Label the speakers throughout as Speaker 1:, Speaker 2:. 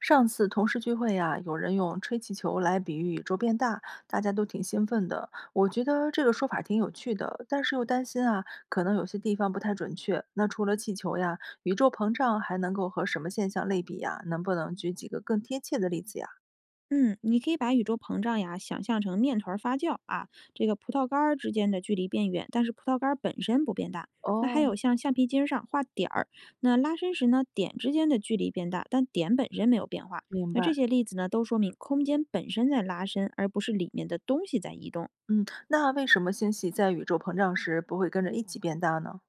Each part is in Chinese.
Speaker 1: 上次同事聚会呀、有人用吹气球来比喻宇宙变大，大家都挺兴奋的。我觉得这个说法挺有趣的，但是又担心啊，可能有些地方不太准确。那除了气球呀，宇宙膨胀还能够和什么现象类比呀？能不能举几个更贴切的例子呀？
Speaker 2: 嗯，你可以把宇宙膨胀呀想象成面团儿发酵啊，这个葡萄干儿之间的距离变远，但是葡萄干儿本身不变大。那还
Speaker 1: 哦，
Speaker 2: 有像橡皮筋儿上画点儿，那拉伸时呢，点之间的距离变大，但点本身没有变化。
Speaker 1: 明
Speaker 2: 那
Speaker 1: 白。
Speaker 2: 这些例子呢，都说明空间本身在拉伸，而不是里面的东西在移动。
Speaker 1: 嗯，那为什么星系在宇宙膨胀时不会跟着一起变大呢？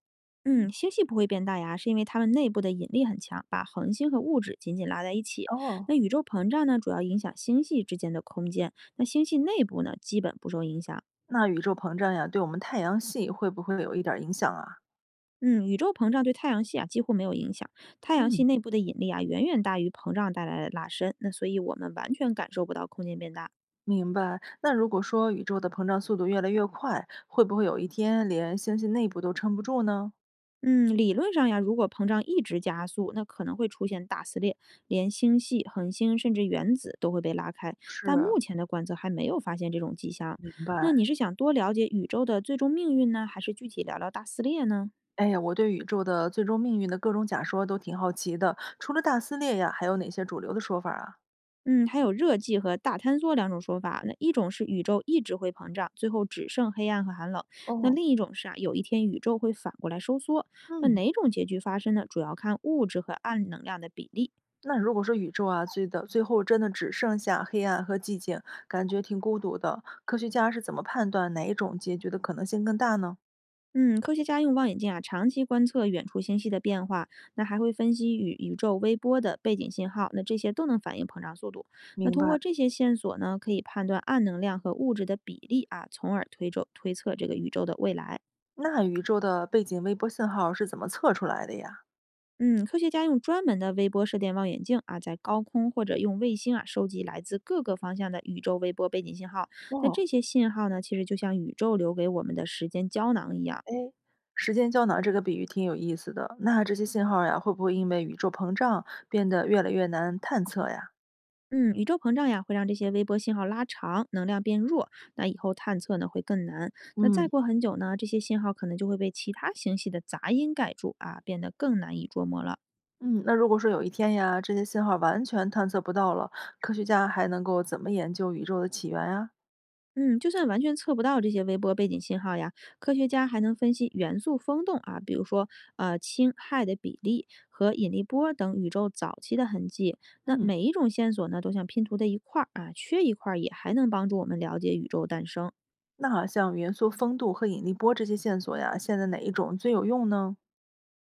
Speaker 2: 嗯，星系不会变大呀，是因为它们内部的引力很强，把恒星和物质紧紧拉在一起。
Speaker 1: 哦，
Speaker 2: 那宇宙膨胀呢，主要影响星系之间的空间，那星系内部呢，基本不受影响。
Speaker 1: 那宇宙膨胀呀，对我们太阳系会不会有一点儿影响啊？
Speaker 2: 嗯，宇宙膨胀对太阳系啊几乎没有影响。太阳
Speaker 1: 嗯。
Speaker 2: 系内部的引力啊远远大于膨胀带来的拉伸，那所以我们完全感受不到空间变大。
Speaker 1: 明白。那如果说宇宙的膨胀速度越来越快，会不会有一天连星系内部都撑不住呢？
Speaker 2: 嗯，理论上呀，如果膨胀一直加速，那可能会出现大撕裂，连星系、恒星甚至原子都会被拉开。
Speaker 1: 是，
Speaker 2: 但目前的观测还没有发现这种迹象。
Speaker 1: 明
Speaker 2: 那
Speaker 1: 白。
Speaker 2: 你是想多了解宇宙的最终命运呢，还是具体聊聊大撕裂呢？
Speaker 1: 哎呀，我对宇宙的最终命运的各种假说都挺好奇的。除了大撕裂呀，还有哪些主流的说法啊？
Speaker 2: 嗯，还有热寂和大坍缩两种说法。那一种是宇宙一直会膨胀，最后只剩黑暗和寒冷；那
Speaker 1: 哦，
Speaker 2: 另一种是啊，有一天宇宙会反过来收缩。那
Speaker 1: 嗯，
Speaker 2: 哪种结局发生呢？主要看物质和暗能量的比例。
Speaker 1: 那如果说宇宙啊，最后真的只剩下黑暗和寂静，感觉挺孤独的。科学家是怎么判断哪一种结局的可能性更大呢？
Speaker 2: 嗯，科学家用望远镜啊，长期观测远处星系的变化，那还会分析与宇宙微波的背景信号，那这些都能反映膨胀速度。那
Speaker 1: 明
Speaker 2: 通
Speaker 1: 白。
Speaker 2: 过这些线索呢，可以判断暗能量和物质的比例啊，从而推测这个宇宙的未来。
Speaker 1: 那宇宙的背景微波信号是怎么测出来的呀？
Speaker 2: 嗯，科学家用专门的微波射电望远镜啊，在高空或者用卫星啊，收集来自各个方向的宇宙微波背景信号。那
Speaker 1: 哦。
Speaker 2: 这些信号呢，其实就像宇宙留给我们的时间胶囊一样。
Speaker 1: 哎，时间胶囊这个比喻挺有意思的。那这些信号呀，会不会因为宇宙膨胀变得越来越难探测呀？
Speaker 2: 嗯，宇宙膨胀呀，会让这些微波信号拉长，能量变弱。那以后探测呢会更难。那再
Speaker 1: 嗯，
Speaker 2: 过很久呢，这些信号可能就会被其他星系的杂音盖住啊，变得更难以捉摸了。
Speaker 1: 嗯，那如果说有一天呀，这些信号完全探测不到了，科学家还能够怎么研究宇宙的起源呀？
Speaker 2: 嗯，就算完全测不到这些微波背景信号呀，科学家还能分析元素风动啊，比如说氢氦的比例和引力波等宇宙早期的痕迹。那
Speaker 1: 嗯，
Speaker 2: 每一种线索呢，都像拼图的一块儿啊，缺一块儿也还能帮助我们了解宇宙诞生。
Speaker 1: 那好像元素丰度和引力波这些线索呀，现在哪一种最有用呢？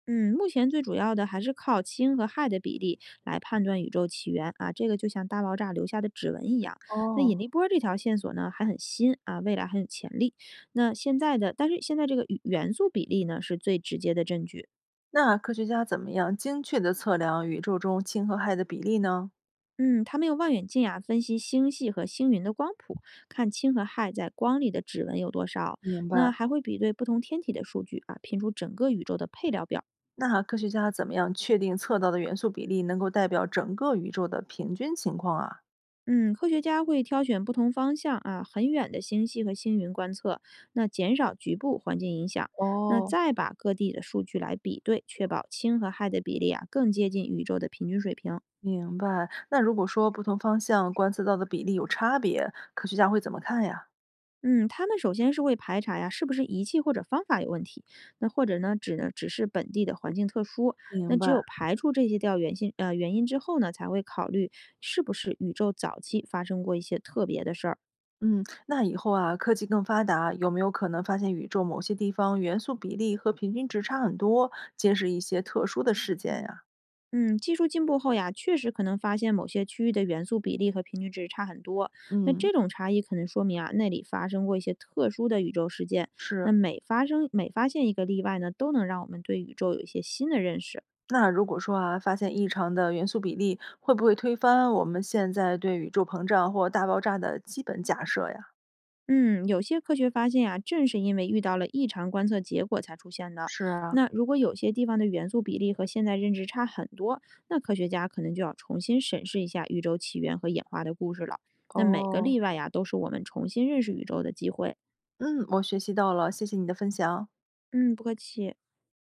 Speaker 2: 嗯，目前最主要的还是靠氢和氦的比例来判断宇宙起源啊，这个就像大爆炸留下的指纹一样。那引
Speaker 1: 哦，
Speaker 2: 力波这条线索呢还很新啊，未来很有潜力。那现在的，但是现在这个宇元素比例呢是最直接的证据。
Speaker 1: 那科学家怎么样精确地测量宇宙中氢和氦的比例呢？
Speaker 2: 嗯，他们用望远镜啊分析星系和星云的光谱，看氢和氦在光里的指纹有多少。
Speaker 1: 明白。
Speaker 2: 那还会比对不同天体的数据啊，拼出整个宇宙的配料表。
Speaker 1: 那科学家怎么样确定测到的元素比例能够代表整个宇宙的平均情况啊？
Speaker 2: 嗯，科学家会挑选不同方向啊，很远的星系和星云观测，那减少局部环境影响，那
Speaker 1: 哦，
Speaker 2: 再把各地的数据来比对，确保氢和氦的比例啊更接近宇宙的平均水平。
Speaker 1: 明白。那如果说不同方向观测到的比例有差别，科学家会怎么看呀？
Speaker 2: 嗯，他们首先是会排查呀，是不是仪器或者方法有问题，那或者呢，只是本地的环境特殊，那
Speaker 1: 明
Speaker 2: 只
Speaker 1: 白。
Speaker 2: 有排除这些掉原性原因之后呢，才会考虑是不是宇宙早期发生过一些特别的事儿。
Speaker 1: 嗯，那以后啊，科技更发达，有没有可能发现宇宙某些地方元素比例和平均值差很多，揭示一些特殊的事件呀？
Speaker 2: 嗯，技术进步后呀，确实可能发现某些区域的元素比例和平均值差很多。那
Speaker 1: 嗯，
Speaker 2: 这种差异可能说明啊，那里发生过一些特殊的宇宙事件。那
Speaker 1: 是。
Speaker 2: 每发现一个例外呢，都能让我们对宇宙有一些新的认识。
Speaker 1: 那如果说啊，发现异常的元素比例，会不会推翻我们现在对宇宙膨胀或大爆炸的基本假设呀？
Speaker 2: 嗯，有些科学发现呀，正是因为遇到了异常观测结果才出现的。
Speaker 1: 是啊，
Speaker 2: 那如果有些地方的元素比例和现在认知差很多，那科学家可能就要重新审视一下宇宙起源和演化的故事了。那每个例
Speaker 1: 哦，
Speaker 2: 外呀，都是我们重新认识宇宙的机会。
Speaker 1: 嗯，我学习到了，谢谢你的分享。
Speaker 2: 嗯，不客气。